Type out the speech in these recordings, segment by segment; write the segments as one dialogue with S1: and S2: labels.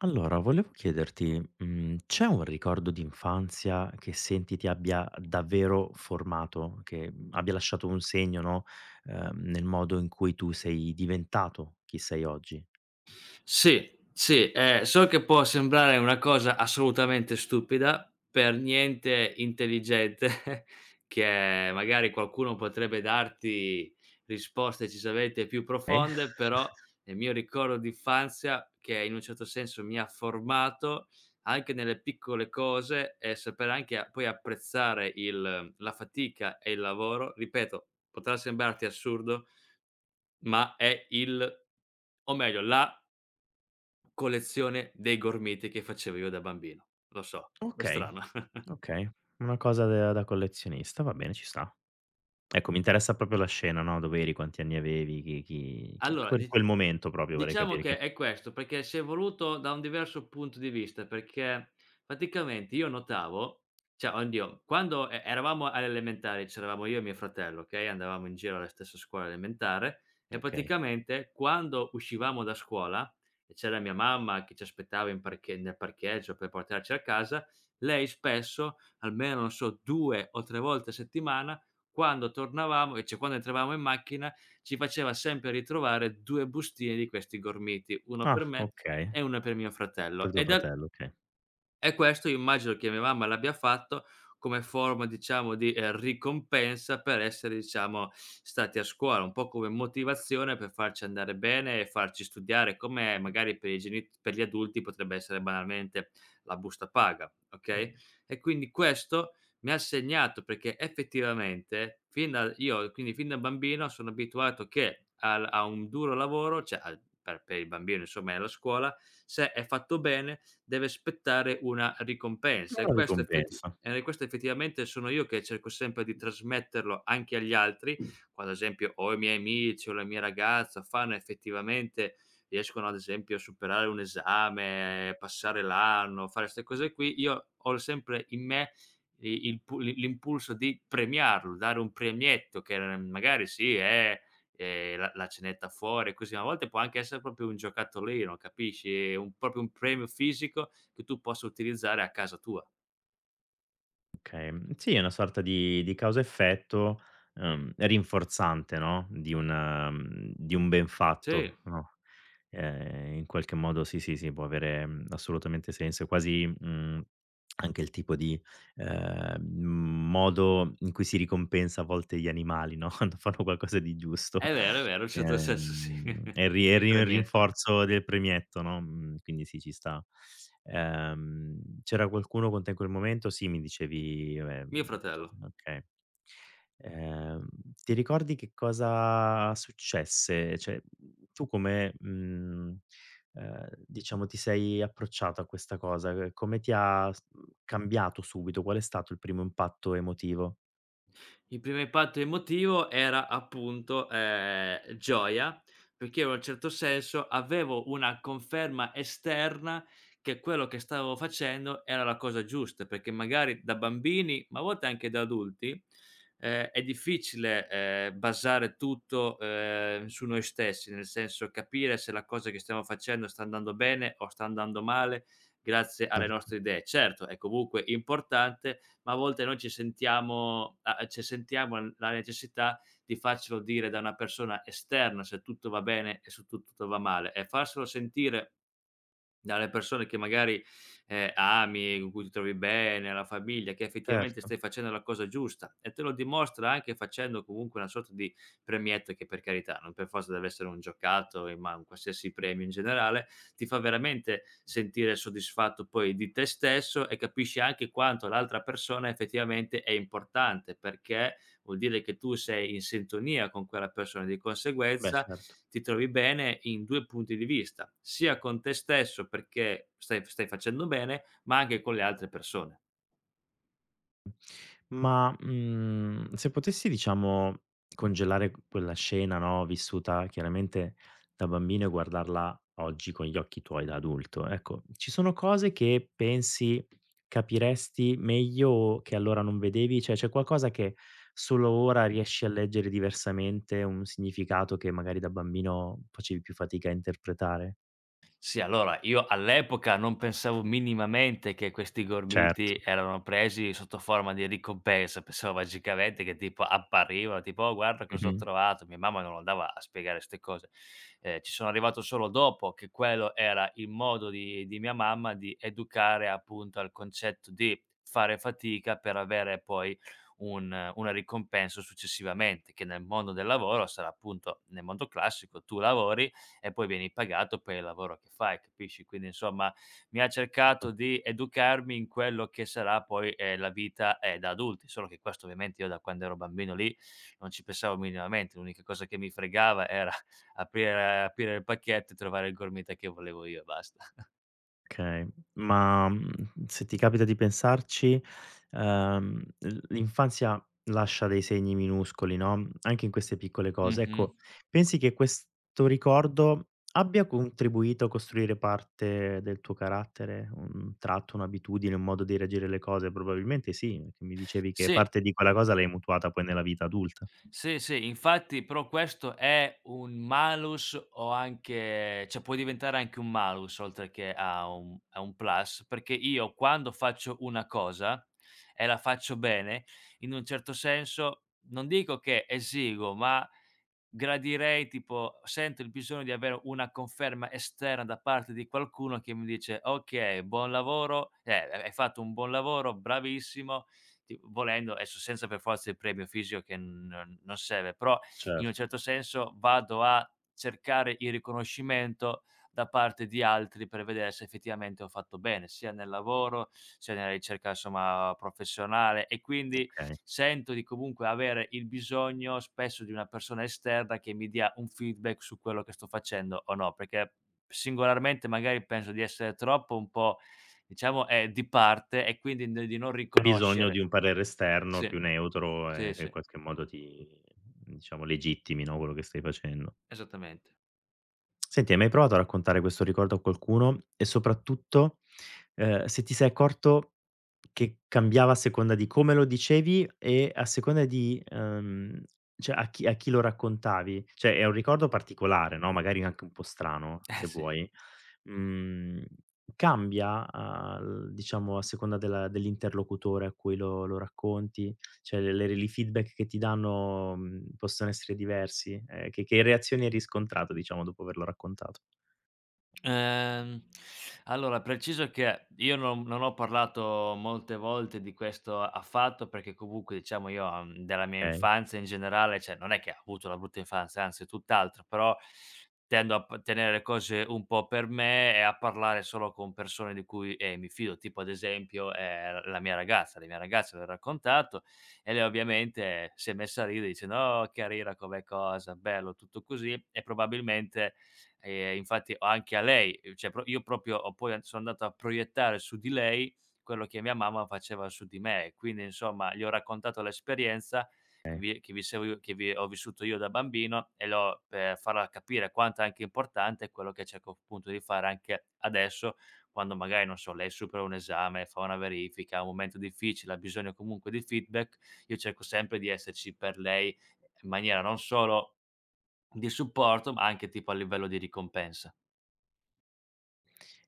S1: Allora, volevo chiederti, c'è un ricordo d'infanzia che senti ti abbia davvero formato, che abbia lasciato un segno, no, nel modo in cui tu sei diventato chi sei oggi?
S2: Sì, sì, so che può sembrare una cosa assolutamente stupida, per niente intelligente, che magari qualcuno potrebbe darti risposte decisamente più
S1: Eh?
S2: profonde, però nel mio ricordo d'infanzia, che in un certo senso mi ha formato, anche nelle piccole cose e saper anche a poi apprezzare il la fatica e il lavoro, ripeto, potrà sembrarti assurdo, ma è il o meglio la collezione dei gormiti che facevo io da bambino. Lo so, è
S1: Okay,
S2: strano.
S1: okay. Una cosa da collezionista, va bene, ci sta. Ecco, mi interessa proprio la scena, no, dove eri, quanti anni avevi, chi
S2: Allora,
S1: quel
S2: dic
S1: quel momento proprio vorrei
S2: diciamo
S1: capire
S2: che
S1: che
S2: è questo, perché si è evoluto da un diverso punto di vista, perché praticamente io notavo, cioè oddio, quando eravamo alle elementari, c'eravamo io e mio fratello, okay, andavamo in giro alla stessa scuola elementare e
S1: okay.
S2: praticamente quando uscivamo da scuola e c'era mia mamma che ci aspettava in parche nel parcheggio per portarci a casa. Lei spesso, almeno non so 2 o 3 volte a settimana, quando tornavamo e cioè quando entravamo in macchina, ci faceva sempre ritrovare 2 bustine di questi gormiti, 1 per
S1: Ah,
S2: me
S1: okay,
S2: e 1 per mio
S1: per
S2: fratello.
S1: tuo fratello, okay.
S2: E questo immagino che mia mamma l'abbia fatto come forma, diciamo, di, ricompensa per essere, diciamo, stati a scuola, un po' come motivazione per farci andare bene e farci studiare, come magari per i geni per gli adulti potrebbe essere banalmente la busta paga, okay. Mh, e quindi questo mi ha segnato perché effettivamente fin da bambino sono abituato che al a un duro lavoro, cioè al per il bambino insomma è la scuola, se è fatto bene deve aspettare una ricompensa. E
S1: Una
S2: questo effetti
S1: ricompensa.
S2: e questo effettivamente sono io che cerco sempre di trasmetterlo anche agli altri, quando ad esempio o i miei amici o la mia ragazza fanno effettivamente riescono ad esempio a superare un esame, passare l'anno, fare 'ste cose qui, io ho sempre in me i il pu l'i l'impulso di premiarlo, dare un premietto che, magari sì è, la cenetta fuori, così. Ma a volte può anche essere proprio un giocattolino, capisci, un proprio un premio fisico che tu possa utilizzare a casa tua.
S1: Okay. Mhmm, Sì, è una sorta di causa-effetto, rinforzante, no, di un di un ben
S2: Sì.
S1: fatto, no? In qualche modo sì, sì, sì, può avere, assolutamente senso. È quasi, anche il tipo di, modo in cui si ricompensa a volte gli animali, no, quando fanno qualcosa di giusto.
S2: È vero, in un certo senso sì,
S1: È il
S2: il
S1: ri il
S2: premietto.
S1: rinforzo del premietto, no, quindi sì, ci sta. C'era qualcuno con te in quel momento? Sì, mi dicevi vabbè,
S2: Mio fratello.
S1: okay. Ehm, ti ricordi che cosa successe? Cioè, tu come, diciamo ti sei approcciato a questa cosa? Come ti ha s mhmm, cambiato subito? Qual è stato il primo impatto emotivo?
S2: Il primo impatto emotivo era appunto, gioia, perché io in un certo senso avevo una conferma esterna che quello che stavo facendo era la cosa giusta, perché magari da bambini, ma a volte anche da adulti, è difficile, basare tutto, su noi stessi, nel senso capire se la cosa che stiamo facendo sta andando bene o sta andando male grazie alle
S1: Certo.
S2: nostre idee. Certo, è comunque importante, ma a volte noi ci sentiamo l la necessità di farcelo dire da una persona esterna se tutto va bene e se tu tutto va male, e farselo sentire dalle persone che magari, ami, con cui ti trovi bene, alla famiglia, che effettivamente
S1: Certo,
S2: stai facendo la cosa giusta e te lo dimostra anche facendo comunque una sorta di premietto che, per carità, non per forza deve essere un giocattolo, ma un qualsiasi premio in generale, ti fa veramente sentire soddisfatto poi di te stesso e capisci anche quanto l'altra persona effettivamente è importante, perché vuol dire che tu sei in sintonia con quella persona, di
S1: beh
S2: conseguenza
S1: certo.
S2: ti trovi bene in 2 punti di vista, sia con te stesso perché stai facendo bene, ma anche con le altre persone.
S1: Ma, se potessi diciamo congelare quella scena, no, vissuta chiaramente da bambino e guardarla oggi con gli occhi tuoi da adulto, ecco, ci sono cose che pensi capiresti meglio o che allora non vedevi? Cioè, c'è qualcosa che solo ora riesci a leggere diversamente, un significato che magari da bambino facevi più fatica a interpretare?
S2: Sì, allora io all'epoca non pensavo minimamente che questi
S1: Certo.
S2: gormiti erano presi sotto forma di ricompensa, pensavo magicamente che tipo apparivano, tipo: "Oh guarda cosa ho
S1: Mh-mh.
S2: trovato." Mia mamma non andava a spiegare 'ste cose. Ci sono arrivato solo dopo che quello era il modo di mia mamma di educare appunto al concetto di fare fatica per avere poi un una ricompensa successivamente, che nel mondo del lavoro sarà appunto nel mondo classico tu lavori e poi vieni pagato per il lavoro che fai, capisci? Quindi insomma mi ha cercato di educarmi in quello che sarà poi, la vita, da adulti, solo che questo ovviamente io da quando ero bambino lì non ci pensavo minimamente, l'unica cosa che mi fregava era aprire il pacchetto e trovare il gormita che volevo io e basta.
S1: Okay, ma, se ti capita di pensarci, l'infanzia lascia dei segni minuscoli, no, anche in queste piccole cose.
S2: Mh-mh.
S1: Ecco, pensi che questo ricordo abbia contribuito a costruire parte del tuo carattere, un tratto, un'abitudine, un modo di reagire alle cose? Probabilmente sì, perché mi dicevi che
S2: Sì.
S1: parte di quella cosa l'hai mutuata poi nella vita adulta.
S2: Sì, sì, infatti però questo è un malus, o anche cioè può diventare anche un malus oltre che a un plus, perché io quando faccio una cosa e la faccio bene, in un certo senso, non dico che esigo, ma gradirei, tipo sento il bisogno di avere una conferma esterna da parte di qualcuno che mi dice: "Okay, buon lavoro, hai fatto un buon lavoro, bravissimo, ti volendo, adesso senza per forza il premio fisico che non serve", però in un
S1: Certo.
S2: certo senso vado a cercare il riconoscimento da parte di altri per vedere se effettivamente ho fatto bene, sia nel lavoro, sia nella ricerca insomma professionale, e quindi
S1: Okay.
S2: sento di comunque avere il bisogno spesso di una persona esterna che mi dia un feedback su quello che sto facendo o no, perché singolarmente magari penso di essere troppo un po', diciamo, di parte e quindi di non
S1: Hai bisogno di
S2: riconoscere.
S1: un parere esterno più
S2: Sì,
S1: neutro
S2: sì,
S1: e che in
S2: sì,
S1: qualche modo ti diciamo legittimi, no, quello che stai facendo.
S2: esattamente.
S1: Senti, hai mai provato a raccontare questo ricordo a qualcuno? E soprattutto, se ti sei accorto che cambiava a seconda di come lo dicevi e a seconda di, cioè a chi lo raccontavi. Cioè è un ricordo particolare, no, magari anche un po' strano,
S2: Eh
S1: se
S2: sì.
S1: vuoi. Mhmm, cambia al diciamo a seconda della dell'interlocutore a cui lo racconti? Cioè le re i feedback che ti danno, possono essere diversi? Che reazioni hai riscontrato, diciamo, dopo averlo raccontato?
S2: Ehm, allora preciso che io non ho parlato molte volte di questo affatto, perché comunque diciamo io, della mia
S1: Okay.
S2: infanzia in generale, cioè non è che ho avuto una brutta infanzia, anzi tutt'altro, però tendo a p tenere le cose un po' per me e a parlare solo con persone di cui, mi fido, tipo ad esempio, la mia ragazza. La mia ragazza le ho raccontato e lei ovviamente si è messa a ridere dicendo: "Oh, che rira come cosa, bello", tutto così e probabilmente, infatti ho anche a lei, cioè pro io proprio ho poi an sono andato a proiettare su di lei quello che mia mamma faceva su di me. Quindi insomma gli ho raccontato l'esperienza che vi ho vissuto io da bambino e l'ho per farla capire quanto è anche importante quello che cerco appunto di fare anche adesso, quando magari, non so, lei supera un esame, fa una verifica, ha un momento difficile, ha bisogno comunque di feedback. Io cerco sempre di esserci per lei in maniera non solo di supporto, ma anche tipo a livello di ricompensa.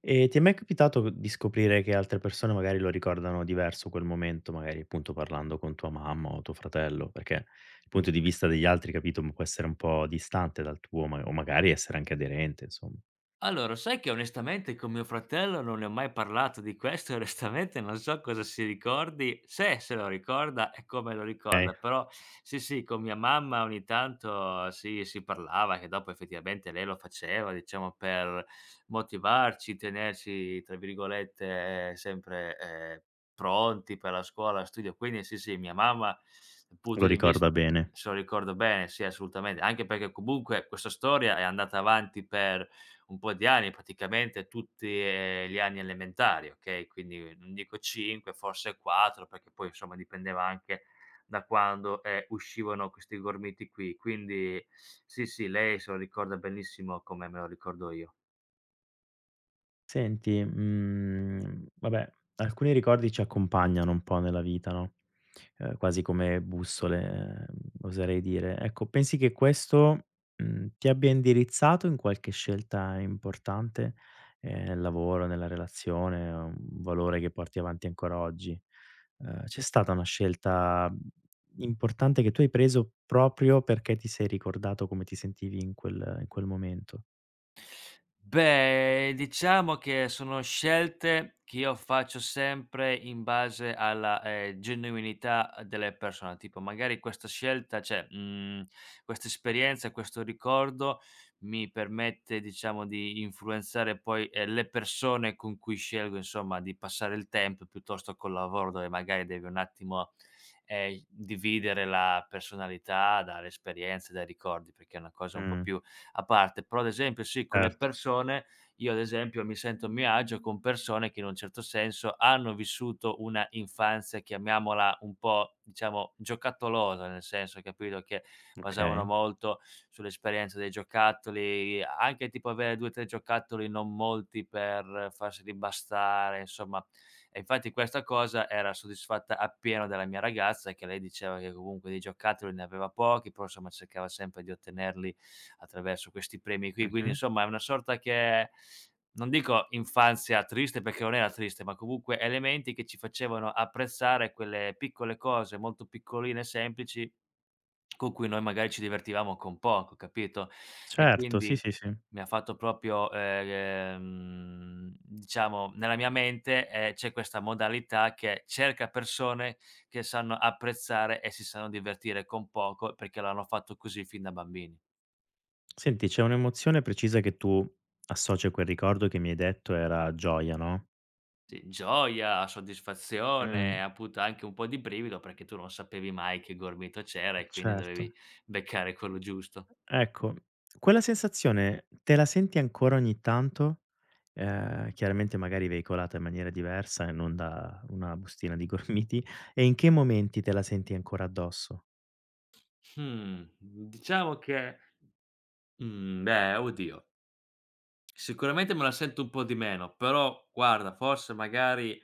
S1: E ti è mai capitato di scoprire che altre persone magari lo ricordano diverso quel momento, magari appunto parlando con tua mamma o tuo fratello? Perché il punto di vista degli altri, capito, può essere un po' distante dal tuo, ma o magari essere anche aderente, insomma.
S2: Allora, sai che onestamente con mio fratello non ne ho mai parlato di questo, e onestamente non so cosa si ricordi, se se lo ricorda e come lo
S1: Okay,
S2: ricorda, però sì, sì, con mia mamma ogni tanto si parlava che dopo effettivamente lei lo faceva, diciamo, per motivarci, tenerci, tra virgolette, sempre, pronti per la scuola, studio, quindi sì, sì, mia mamma dal punto
S1: lo
S2: di
S1: ricorda
S2: vist
S1: bene.
S2: se lo ricordo bene, sì, assolutamente, anche perché comunque questa storia è andata avanti per un po' di anni, praticamente tutti, gli anni elementari, okay, quindi non dico 5, forse 4, perché poi insomma dipendeva anche da quando, uscivano questi gormiti qui. Quindi sì, sì, lei se lo ricorda benissimo come me lo ricordo io.
S1: Senti, vabbè, alcuni ricordi ci accompagnano un po' nella vita, no, quasi come bussole, oserei dire. Ecco, pensi che questo, ti abbia indirizzato in qualche scelta importante, nel lavoro, nella relazione, o un valore che porti avanti ancora oggi? C'è stata una scelta, importante che tu hai preso proprio perché ti sei ricordato come ti sentivi in quel momento?
S2: Beh, diciamo che sono scelte che io faccio sempre in base alla, genuinità delle persone. Tipo magari questa scelta, cioè, mhmm, questa esperienza, questo ricordo mi permette, diciamo, di influenzare poi, le persone con cui scelgo insomma di passare il tempo, piuttosto col lavoro dove magari devi un attimo, dividere la personalità dalle esperienze, dai ricordi, perché è una cosa un po'
S1: Mh,
S2: più a parte. Però ad esempio sì, con le
S1: certo,
S2: persone io ad esempio mi sento a mio agio con persone che in un certo senso hanno vissuto una infanzia, chiamiamola un po', diciamo, giocattolosa, nel senso capito, che basavano
S1: okay.
S2: molto sull'esperienza dei giocattoli, anche tipo avere 2, 3 giocattoli, non molti per farsi ribastare, insomma. E infatti questa cosa era soddisfatta appieno dalla mia ragazza, che lei diceva che comunque di giocattoli ne aveva pochi, però insomma cercava sempre di ottenerli attraverso questi premi qui. Quindi
S1: Mh-mh.
S2: insomma è una sorta che non dico infanzia triste perché non era triste, ma comunque elementi che ci facevano apprezzare quelle piccole cose molto piccoline e semplici con cui noi magari ci divertivamo con poco, capito? E
S1: Certo, sì,
S2: quindi
S1: sì, sì.
S2: mi ha fatto proprio, diciamo, nella mia mente, c'è questa modalità che cerca persone che sanno apprezzare e si sanno divertire con poco perché l'hanno fatto così fin da bambini.
S1: Senti, c'è un'emozione precisa che tu associ a quel ricordo che mi hai detto era gioia, no?
S2: Sì, gioia, soddisfazione,
S1: Mh,
S2: appunto anche un po' di brivido perché tu non sapevi mai che gormito c'era e quindi dovevi
S1: certo.
S2: beccare quello giusto.
S1: Ecco, quella sensazione te la senti ancora ogni tanto? Chiaramente magari veicolata in maniera diversa e non da una bustina di gormiti, e in che momenti te la senti ancora addosso?
S2: Mhmm, diciamo che mhmm, beh, oddio, sicuramente me la sento un po' di meno, però guarda, forse magari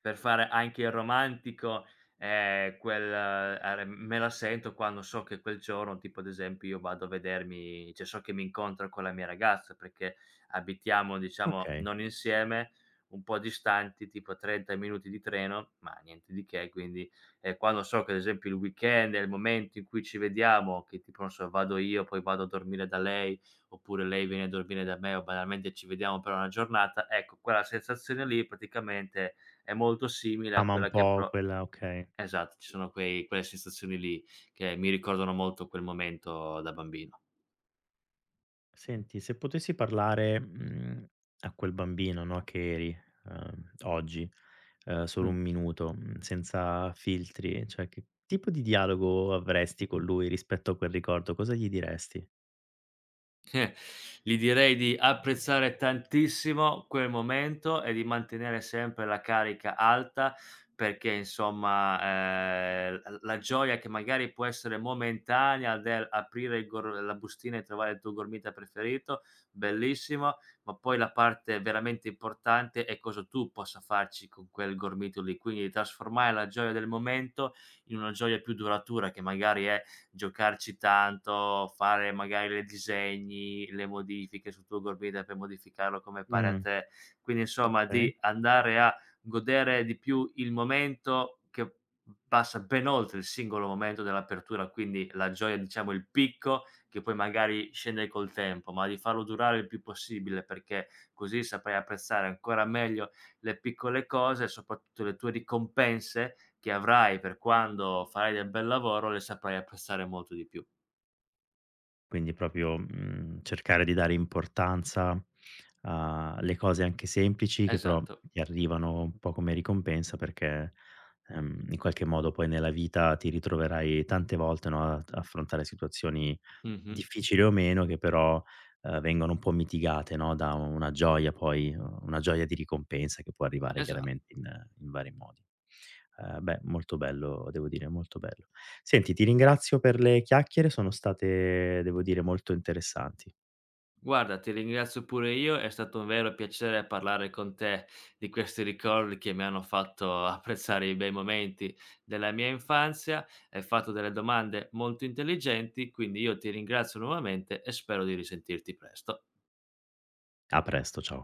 S2: per fare anche il romantico, quel are me la sento quando so che quel giorno, tipo ad esempio io vado a vedermi cioè so che mi incontro con la mia ragazza, perché abitiamo, diciamo,
S1: Okay.
S2: non insieme, un po' distanti, tipo 30 minuti di treno, ma niente di che, quindi, quando so che ad esempio il weekend è il momento in cui ci vediamo, che tipo non so, vado io, poi vado a dormire da lei, oppure lei viene a dormire da me o banalmente ci vediamo per una giornata, ecco quella sensazione lì praticamente è molto simile
S1: Ah,
S2: a
S1: ma un
S2: quella che
S1: po'
S2: pro
S1: quella okay.
S2: esatto, ci sono quei quelle sensazioni lì che mi ricordano molto quel momento da bambino.
S1: Senti, se potessi parlare, a quel bambino, no, che eri, oggi solo
S2: Mh.
S1: 1 minuto, senza filtri, cioè che tipo di dialogo avresti con lui rispetto a quel ricordo? Cosa gli diresti?
S2: Eh, gli direi di apprezzare tantissimo quel momento e di mantenere sempre la carica alta perché insomma, l la gioia che magari può essere momentanea del aprire il gor la bustina e trovare il tuo gormita preferito, bellissimo, ma poi la parte veramente importante è cosa tu possa farci con quel gormito lì, quindi trasformare la gioia del momento in una gioia più duratura che magari è giocarci tanto, fare magari le disegni, le modifiche sul tuo gormita per modificarlo come pare a
S1: Mh,
S2: te. Quindi insomma
S1: okay.
S2: di andare a godere di più il momento che passa ben oltre il singolo momento dell'apertura, quindi la gioia, diciamo il picco che poi magari scende col tempo, ma di farlo durare il più possibile perché così saprai apprezzare ancora meglio le piccole cose e soprattutto le tue ricompense che avrai per quando farai del bel lavoro, le saprai apprezzare molto di più.
S1: Quindi proprio, cercare di dare importanza alle cose anche semplici che però
S2: Esatto.
S1: ti arrivano un po' come ricompensa perché, in qualche modo poi nella vita ti ritroverai tante volte, no, ad affrontare situazioni
S2: Mh-mh.
S1: difficili o meno che però, vengono un po' mitigate, no, da una gioia poi una gioia di ricompensa che può arrivare
S2: Esa
S1: chiaramente in in vari modi. Beh, molto bello, devo dire, molto bello. Senti, ti ringrazio per le chiacchiere, sono state, devo dire, molto interessanti.
S2: Guarda, ti ringrazio pure io, è stato un vero piacere parlare con te di questi ricordi che mi hanno fatto apprezzare i bei momenti della mia infanzia. Hai fatto delle domande molto intelligenti, quindi io ti ringrazio nuovamente e spero di risentirti presto.
S1: A presto, ciao.